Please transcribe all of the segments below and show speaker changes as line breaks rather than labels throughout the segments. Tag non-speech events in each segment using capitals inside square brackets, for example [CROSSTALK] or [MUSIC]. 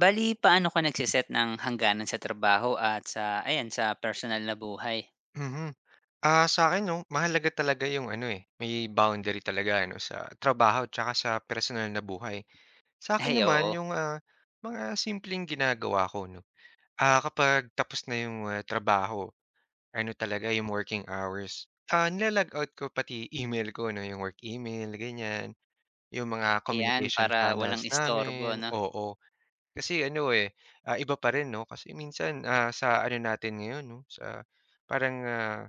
Bali paano ka nagse-set ng hangganan sa trabaho at sa ayan, sa personal na buhay? [LAUGHS]
Mhm. Sa akin 'no, mahalaga talaga yung ano, eh, may boundary talaga ano sa trabaho tsaka sa personal na buhay. Sa akin
Ay,
naman
oo.
yung, mga simpleng ginagawa ko 'no. Kapag tapos na yung, trabaho, ano talaga yung working hours, nila out ko pati email ko 'no, yung work email ganyan, yung mga
Ayan,
communication
para walang
channels
istorbo
namin,
'no?
oo. Kasi ano, eh, iba pa rin 'no, kasi minsan, sa ano natin ngayon 'no, sa parang, ah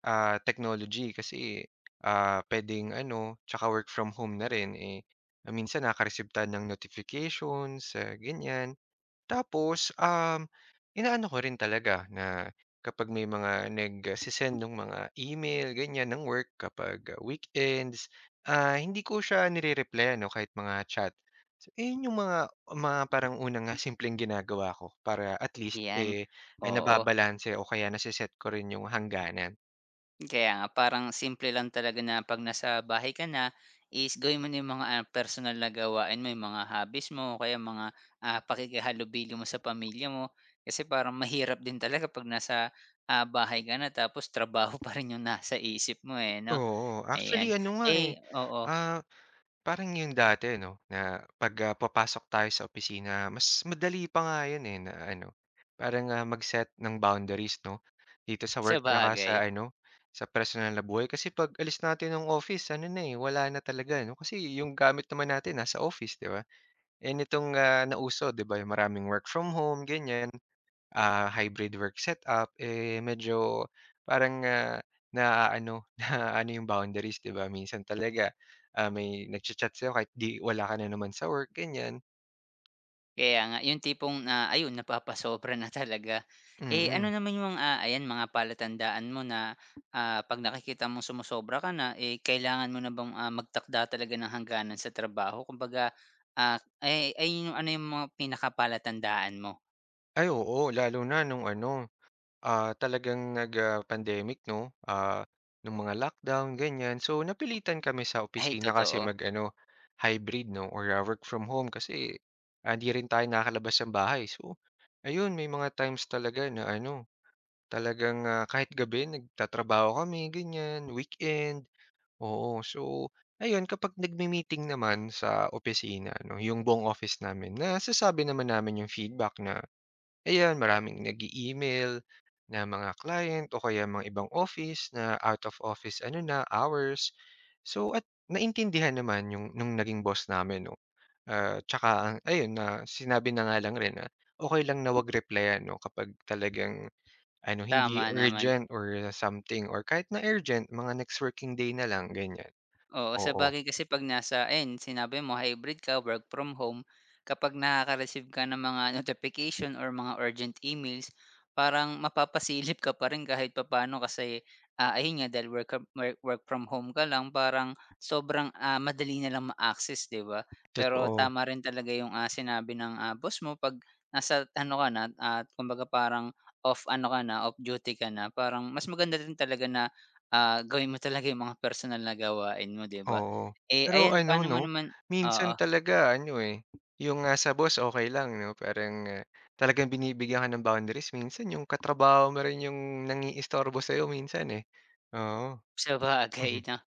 Ah, technology kasi, puwedeng ano, 'tsaka work from home na rin, eh, minsan nakaka tayo ng notifications, ganyan. Tapos, inaano ko rin talaga na kapag may mga nag send ng mga email ganyan ng work kapag weekends, hindi ko siya nire-replyan 'no, kahit mga chat. So, ayun yung mga parang unang nga simpleng ginagawa ko para at least,
Ayan,
eh, ay
oo.
nababalanse o kaya nase-set ko rin yung hangganan.
Kaya nga, parang simple lang talaga na 'pag nasa bahay ka na is gawin mo na yung mga, personal na gawain mo, yung mga hobbies mo o kaya mga, pakikihalubili mo sa pamilya mo. Kasi parang mahirap din talaga 'pag nasa, bahay ka na tapos trabaho [LAUGHS] pa rin yung nasa isip mo, eh, 'no?
Oo,
Ayan.
actually ano nga, eh,
Eh, oo,
ah, parang yung dati 'no, na 'pag, papasok tayo sa opisina mas madali pa nga yun, eh, na ano, parang, mag-set ng boundaries 'no, dito sa work tsaka sa
sabagay.
ano, sa personal na buhay. Kasi 'pag alis natin ng office ano na, eh, wala na talaga 'no, kasi yung gamit naman natin nasa office, 'di ba? Eh, nitong, nauso 'di ba, yung maraming work from home, ganyan hybrid work setup, eh, medyo parang, naano ano [LAUGHS] na ano yung boundaries 'di ba? Minsan talaga, may nagcha-chat sa'yo kahit wala ka na naman sa work ganyan,
Kaya nga, yung tipong, na ayun napapasobra na talaga. Eh, ano
mm.
naman yung, ayan mga palatandaan mo na, 'pag nakikita mong sumosobra ka na, eh, kailangan mo na bang, magtakda talaga ng hangganan sa trabaho? Kumbaga, ay yung ano yung mga pinakapalatandaan mo?
Ay oo, lalo na nung ano, talagang nag, pandemic 'no, nung mga lockdown ganyan. So, napilitan kami sa
Ay
opisina kasi
totoo,
mag-ano, hybrid 'no or, work from home kasi, hindi rin tayo nakakalabas ng bahay. So, ayun may mga times talaga na ano. Talagang, kahit gabi nagtatrabaho kami ganyan, weekend, oo. So, ayun kapag nagme-meeting naman sa opisina 'no, yung buong office namin, nasasabi naman namin yung feedback na ayan maraming nag-e-email na mga client o kaya mga ibang office na out of office ano na, hours. So, at naintindihan naman yung nung naging boss namin 'no, tsaka ang- ayun na sinabi na nga lang rin na okey lang na wag replyan 'no kapag talagang ano, hindi
tama naman.
urgent or something or kahit na urgent, mga next working day na lang, ganyan.
Oo,
Oo,
sabagay kasi 'pag nasa ayan sinabi mo hybrid ka, work from home, kapag nakaka-receive ka ng mga notification or mga urgent emails, parang mapapasilip ka pa rin kahit papaano kasi, ayun nga dahil work work work from home ka lang parang sobrang, madali na lang ma-access 'di ba? Pero
totoo,
tama rin talaga yung, sinabi ng, boss mo 'pag nasa ano ka na, kumbaga parang off ano ka na, off duty ka na, parang mas maganda din talaga na. Ah, gawin mo talaga yung mga personal na gawain mo, 'di ba?
oo.
Eh,
Pero
ayan
ano
paano
'no,
mo naman,
minsan
oo,
talaga ano, eh, yung, sa boss okey lang 'no, parang, talagang binibigyan ka ng boundaries. Minsan yung katrabaho mo rin yung nangiistorbo sa'yo minsan, eh, oo.
sabagay
[LAUGHS]
'no.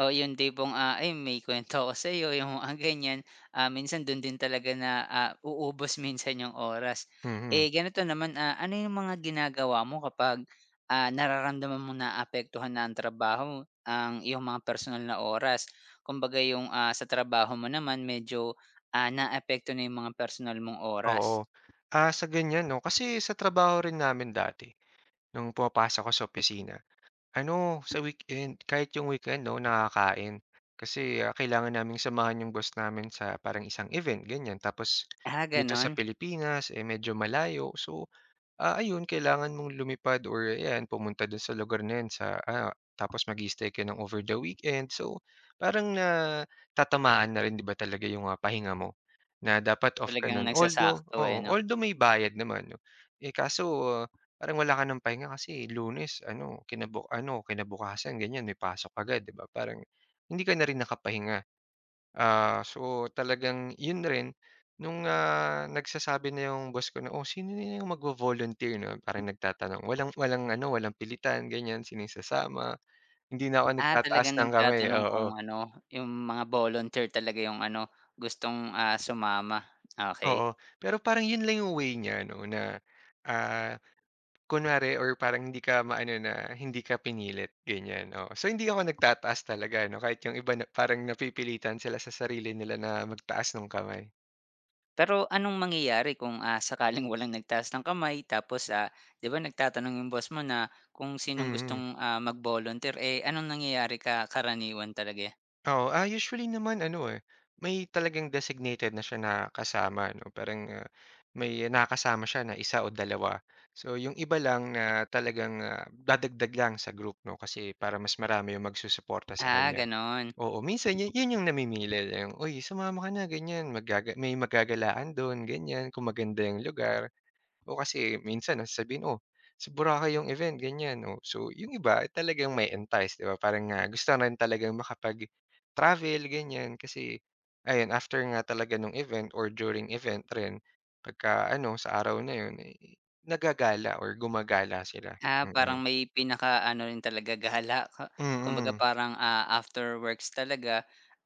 Oo, yung tipong, ay may kuwento ako sa'yo yung mga ganyan, minsan dun din talaga na, uubos minsan yung oras.
Mm,
Eh, ganito naman, ano yung mga ginagawa mo kapag, nararamdaman mong naapektuhan na ang trabaho, ang iyong mga personal na oras? Kumbaga yung, sa trabaho mo naman medyo, naapekto na yung mga personal mong oras.
oo. Sa ganyan 'no, kasi sa trabaho rin namin dati nung pumapasok ako sa opisina. Ano, sa weekend, kahit yung weekend 'no, nakakain. Kasi, kailangan naming samahan yung boss namin sa parang isang event, ganyan. Tapos
Ah,
dito sa
ganun?
Pilipinas, eh, medyo malayo. So, Ayun kailangan mong lumipad or ayan pumunta dun sa lugar na yun sa, tapos mag-i-stay ka ng over the weekend. So, parang natatamaan na rin 'di ba talaga yung, pahinga mo na dapat off ka
Talagang
nun. Although
nagsasakto,
oo,
eh, 'no?
although may bayad naman 'no, eh, kaso ah, parang wala ka ng pahinga kasi Lunes ano kinabu ano kinabukasan ganyan may pasok agad 'di ba parang hindi ka na rin nakapahinga. So talagang yun rin nung, nagsasabi na yung boss ko na, "Oh, sino na yung magvo-volunteer 'no?" Parang nagtatanong. Walang walang ano, walang pilitan ganiyan, sino yung sasama. Hindi na ako
Ah,
nagtataas
talagang
ng kamay,
nagtatanong kung
oo,
ano, yung mga volunteer talaga yung ano, gustong, sumama, okey.
oo. Pero parang yun lang yung way niya 'no na, ah, kunwari or parang hindi ka maano na hindi ka pinilit, ganiyan, oo. So hindi ako nagtataas talaga 'no kahit yung iba na parang napipilitan sila sa sarili nila na magtaas ng kamay.
Pero anong mangyayari kung, sakaling walang nagtaas ng kamay tapos, 'di ba nagtatanong yung boss mo na kung sinong
Mm.
gustong, mag-volunteer, eh, anong nangyayari ka karaniwan talaga?
Oo, usually naman ano, eh, may talagang designated na siya na kasama 'no, parang, may nakasama siya na isa o dalawa. So, yung iba lang na talagang, dadagdag lang sa group 'no, kasi para mas marami yung magsusuporta sa
Ah,
kanya.
gano'n.
Oo, minsan yun yung namimili, yung, "Uy, sumama ka na," ganyan, maggaga may maggagalaan dun, ganyan, kung maganda yung lugar. O kasi minsan sasabihin, "Oh, sa Boracay yung event." Ganyan, oh. So yung iba eh, talagang may entice 'di ba? Parang, gusto na rin talagang makapag-travel, ganyan. Kasi ayun, after nga talaga nung event or during event rin, pagka-ano, sa araw na yun, eh, nagagala or gumagala sila.
Ah,
Mm.
parang may pinakaano rin talaga gala ka, kumbaga
Mm.
parang, after works talaga,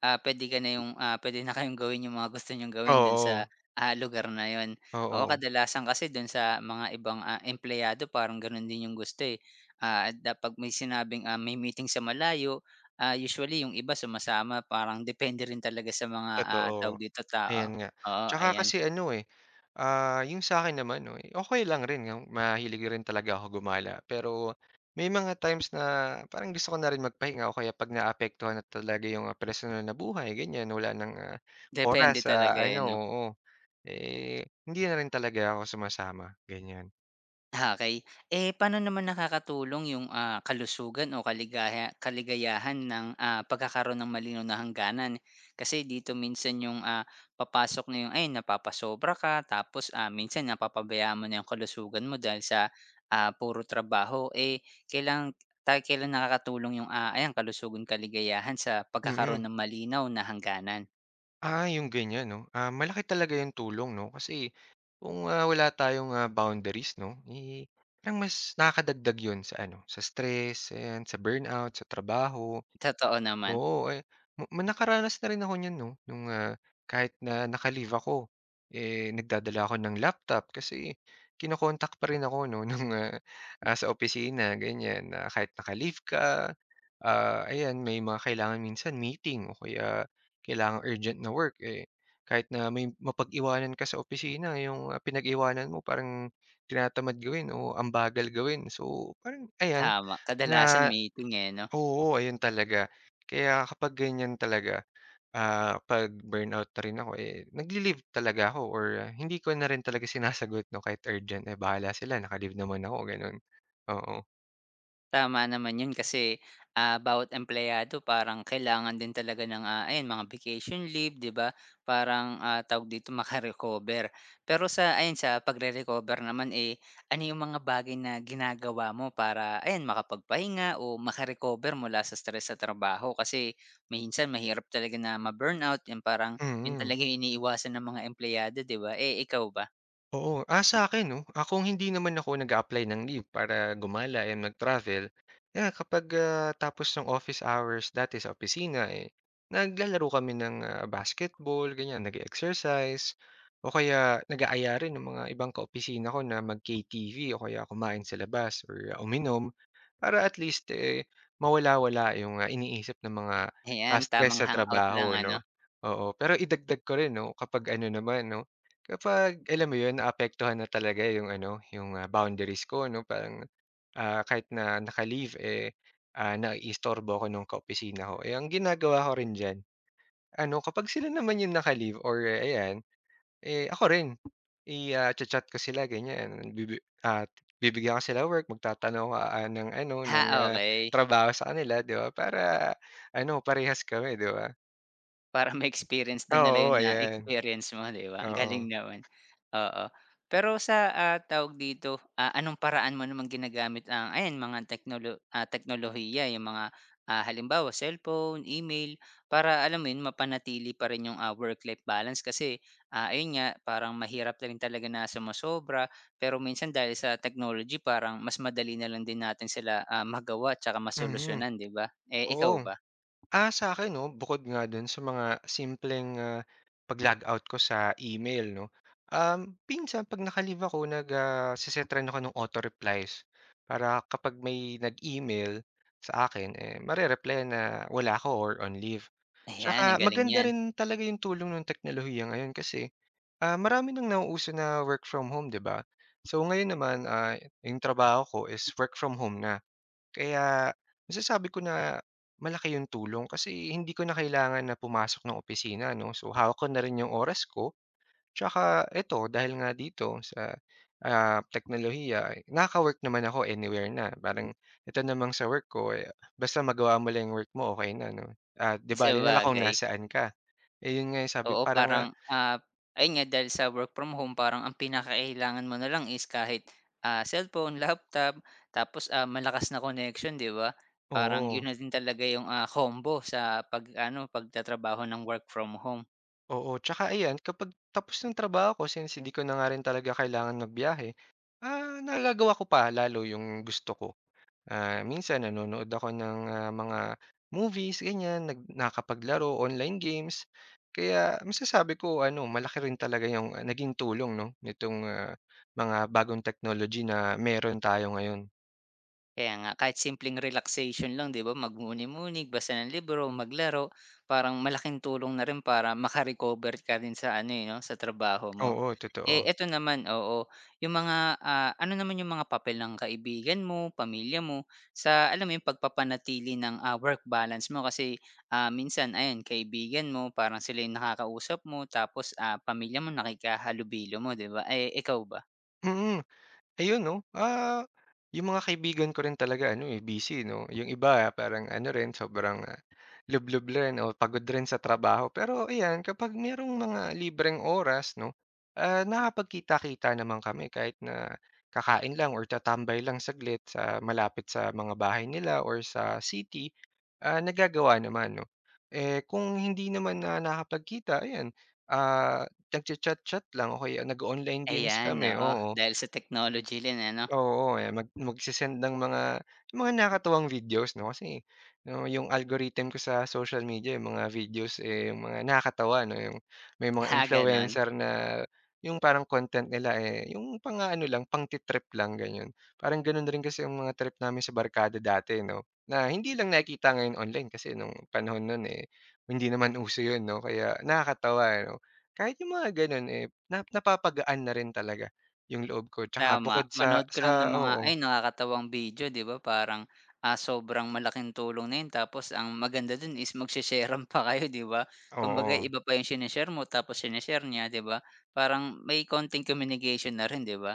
puwede ka na yung, puwede na kayong gawin yung mga gusto niyong gawin dun sa,
Oo.
lugar na yon. Oo,
Oo.
kadalasan kasi dun sa mga ibang, empleyado parang ganun din yung gusto, eh. Ah, da 'pag may sinabing, may meeting sa malayo, usually yung iba sumasama parang depende rin talaga sa mga,
Totoo,
tawag dito, tao.
ayan nga.
Oo,
Tsaka
ayan,
kasi ano, eh, yung sa'kin naman 'no, eh, okey lang rin yung mahilig rin talaga ako gumala. Pero may mga times na parang gusto ko na rin magpahinga o kaya 'pag naapektuhan na talaga yung, personal na buhay ganyan, wala ng,
depende
oras sa
talaga, eh,
ano
'no?
oo, eh, hindi na rin talaga ako sumasama, ganyan.
Okey. Eh, paano naman nakakatulong yung, kalusugan o kaligayahan ng, pagkakaroon ng malinaw na hangganan? Kasi dito minsan yung, papasok na yung, ay napapasobra ka tapos, minsan napapabayaan mo na yung kalusugan mo dahil sa, puro trabaho. Eh, kailan nakakatulong yung, ayan kalusugan, kaligayahan sa
Mm.
pagkakaroon ng malinaw na hangganan?
Yung ganyan 'no, malaki talaga yung tulong 'no, kasi kung, wala tayong, boundaries 'no, eh, parang mas nakakadagdag yun sa ano, sa stress, ayan, sa burnout, sa trabaho.
Totoo naman.
Oo, eh, ma ma nakaranas na rin ako niyan 'no, nung, kahit na naka-leave ako, eh, nagdadala ako ng laptop kasi kino-contact pa rin ako 'no [LAUGHS] nung, sa opisina ganyan na kahit naka-leave ka, ayan may mga kailangan minsan meeting o kaya kailangang urgent na work, eh, kahit na may mapag-iwanan ka sa opisina yung, pinag-iwanan mo parang tinatamad gawin o ang bagal gawin. So, parang ayan
Tama, kadalasan
na.
may, eh, 'no?
Oo, ayun talaga. Kaya kapag ganyan talaga, 'pag burnout na rin ako, eh, nagli-leave talaga ako or ah, hindi ko na rin talaga sinasagot 'no, kahit urgent, eh, bahala sila naka-leave naman ako gano'n. Oo,
Tama naman yun kasi, bawat empleyado parang kailangan din talaga ng, ayan mga vacation leave, 'di ba? Parang, tawag dito [LAUGHS] maka. Pero sa ayan sa pagre-recover naman, eh, ano yung mga bagay na ginagawa mo para ayan makapagpahinga o maka-recover mula sa stress sa trabaho? Kasi minsan mahirap talaga na ma-burnout, yung parang yun
mm.
talaga yung iniiwasan ng mga empleyado, 'di ba? Eh, ikaw ba?
Oo, sa'kin 'no, kung hindi naman ako nag apply ng leave para gumala and mag-travel, kapag, tapos ng office hours dati sa opisina, eh, naglalaro kami ng, basketball ganyan, nag exercise o kaya nag-aaya rin ng mga ibang kaopisina ko na mag-KTV o kaya kumain sa labas or uminom para at least, eh, mawala-wala yung, iniisip ng mga,
Ayan, tamang
stress sa
hangout lang,
trabaho
ano?
'no. Oo, pero idagdag ko rin 'no, kapag ano naman 'no. Kapag alam mo 'yun, naapektuhan na talaga yung ano, yung, boundaries ko 'no, parang, kahit na naka-leave, eh, naiistorbo ako nung kaopisina ko. Eh, ang ginagawa ko rin diyan, ano, kapag sila naman yung naka-leave or eh, ayan, eh, ako rin, cha-chat ko sila ganiyan, bibi at bibigyan ko sila work, magtatanong ako, ng ano, ng,
Ha, okay.
trabaho sa kanila, 'di ba, para ano, parehas kami, 'di ba?
Para ma-experience din nila
Oo,
yung
ayan.
na-experience mo, 'di ba? Ang
Oo.
galing naman, oo. Pero sa, tawag dito, anong paraan mo naman ginagamit ang ayan mga teknolohiya, yung mga, halimbawa cellphone, email, para alam mo yun, mapanatili pa rin yung, work-life balance kasi, ayun nga, parang mahirap na rin talaga na sumosobra, pero minsan dahil sa technology parang mas madali na lang din natin sila, magawa 'tsaka
Mhm,
masolusyonan, 'di ba? Eh,
oo.
ikaw ba?
Sa akin 'no, bukod nga dun sa mga simpleng, pag-logout ko sa email 'no, minsan 'pag naka-leave ako nag, se ako ng auto-replies. Para kapag may nag-email sa akin, eh, mare reply na wala ako or on leave.
Ayan, ang
Tsaka
galing
maganda
niyan,
rin talaga yung tulong ng teknolohiya ngayon kasi, marami nang nauuso na work from home, 'di ba? So, ngayon naman, yung trabaho ko is work from home na. Kaya masasabi ko na malaki yung tulong kasi hindi ko na kailangan na pumasok ng opisina 'no. So, hawak ko na rin yung oras ko tsaka eto dahil nga dito sa, teknolohiya, eh, nakaka-work naman ako anywhere na. Parang ito namang sa work ko, eh, basta magawa mo lang yung work mo okay na 'no. At 'di bale na lang kung
sabagay.
nasaan ka. Eh, yun nga yung sabi
Oo,
parang, nga
parang, ayun nga dahil sa work from home parang ang pinakakailangan mo na lang is kahit, cellphone, laptop, tapos, malakas na connection, 'di ba? Parang
oo.
yun na din talaga yung, combo sa pagtatrabaho ng work from home.
Oo, tsaka ayan kapag tapos ng trabaho ko since hindi ko na nga rin talaga kailangan magbiyahe, nagagawa ko pa lalo yung gusto ko. Minsan nanonood ako ng, mga movies ganyan, nag nakakapaglaro, online games. Kaya masasabi ko ano malaki rin talaga yung naging tulong 'no nitong, mga bagong technology na meron tayo ngayon.
Kaya nga kahit simpleng relaxation lang, 'di ba, magmuni-muni, basa ng libro, maglaro, parang malaking tulong na rin para maka-recover ka din sa ano, eh, 'no, sa trabaho mo.
Oo,
Eh,
totoo.
eto naman, oo, yung mga, ano naman yung mga papel ng kaibigan mo, pamilya mo, sa alam mo yung pagpapanatili ng, work balance mo kasi, minsan ayan kaibigan mo parang sila yung nakakausap mo tapos, pamilya mo nakikahalubilo mo, 'di ba? Eh, ikaw ba?
Mm. Ayun 'no, yung mga kaibigan ko rin talaga ano, eh, busy 'no. Yung iba parang ano rin sobrang, lublob rin o pagod rin sa trabaho. Pero ayan, kapag merong mga libreng oras 'no, nakakapagkita-kita naman kami kahit na kakain lang or tatambay lang saglit sa malapit sa mga bahay nila or sa city, nagagawa naman 'no. Eh, kung hindi naman na nakakapagkita ayan, ah, nagcha-chat-chat lang o kaya nag-o-online games
Ayan,
kami,
oo,
oo.
dahil sa technology rin, ano? [LAUGHS]
Oo, eh, magse-send ng mga nakakatuwang videos 'no, kasi 'no, yung algorithm ko sa social media yung mga videos, eh, yung mga nakakatawa 'no, yung may mga
Ah, gano'n.
influencer na yung parang content nila, eh, yung pang-aano lang, pangti-trip lang ganyan. Parang gano'n rin kasi yung mga trip namin sa barkada dati 'no, na hindi lang nakikita ngayon online kasi nung panahon nun, eh, hindi naman [LAUGHS] uso yun 'no, kaya nakakatawa eh, 'no. Kahit yung mga gano'n, eh, na napapagaan na rin talaga. Yung loob ko tsaka Tama.
Tama,
Bukod
manood ka
sa
lang ng mga,
oo,
ay, nakakatawang video, 'di ba, parang, sobrang malaking tulong na yun, tapos ang maganda dun is magshe-sharan pa kayo, 'di ba? Kumbaga
oo,
iba pa yung shine mo tapos shine niya, 'di ba? Parang may konting communication na rin, 'di ba?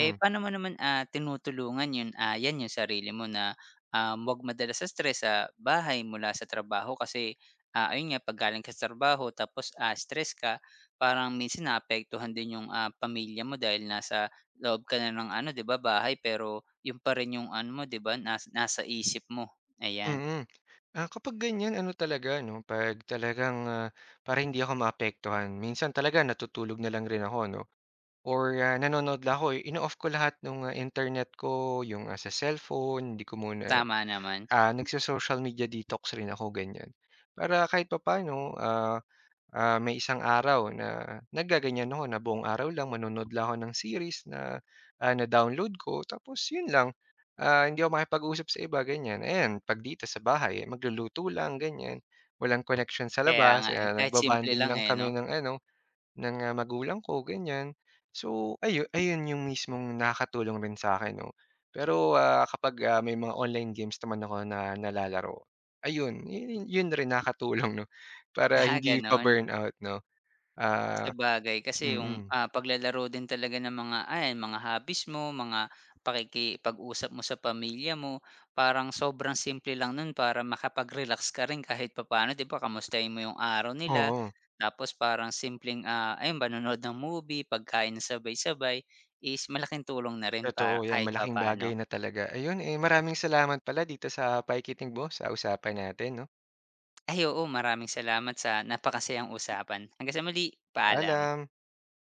Eh, paano mo naman, tinutulungan 'yun, 'yan 'yung sarili mo na, 'wag madala sa stress sa bahay mula sa trabaho kasi, ayun nga 'pag galing ka sa trabaho tapos, stress ka parang minsan naapektuhan din 'yung, pamilya mo dahil nasa loob ka na ng ano, 'di ba, bahay pero yung pa rin 'yung ano mo, 'di ba, nasa isip mo, ayan.
mm. Kapag ganyan ano talaga 'no, 'pag talagang, para hindi ako maapektuhan minsan talaga natutulog na lang rin ako 'no or, nanonood lang ako, eh, ino-off ko lahat nung, internet ko, yung, sa cellphone hindi ko muna,
Tama naman,
nagso-social media detox rin ako ganyan. Para kahit papaano, ah. May isang araw na naggaganyan ako na buong araw lang manonood lang ako ng series na, na-download ko tapos yun lang, hindi ako makipag-usap sa iba ganyan. Ayan 'pag dito sa bahay magluluto lang ganyan, walang koneksyon sa
kaya
labas,
nga, eh, kahit simple
nagba-bonding
lang,
lang
eh, 'no?
kami ng ano ng, magulang ko ganyan. So ayun yung mismong nakakatulong rin sa akin 'no. Pero, kapag, may mga online games naman ako na nalalaro, ayun yun yun rin nakakatulong 'no, para
[LAUGHS] Ah,
hindi
gano'n.
pa-burnout 'no. Ah,
Sabagay kasi
mm,
yung,
mm.
paglalaro din talaga ng mga, ayan, mga hobbies mo, mga pakikipag-usap mo sa pamilya mo, parang sobrang simple lang nun para makapag-relax ka rin kahit papaano, 'di ba, kamustahin mo yung araw nila.
Oo,
Tapos parang simpleng, ayun manonood ng movie, pagkain ng sabay-sabay is malaking tulong na rin
totoo
para
yan
kahit
malaking bagay
papaano.
na talaga. Ayun, eh, maraming salamat pala dito sa pakikinig mo sa usapan natin 'no,
Ay, oo, maraming salamat sa napakasayang usapan. Hanggang sa muli, paalam.
alam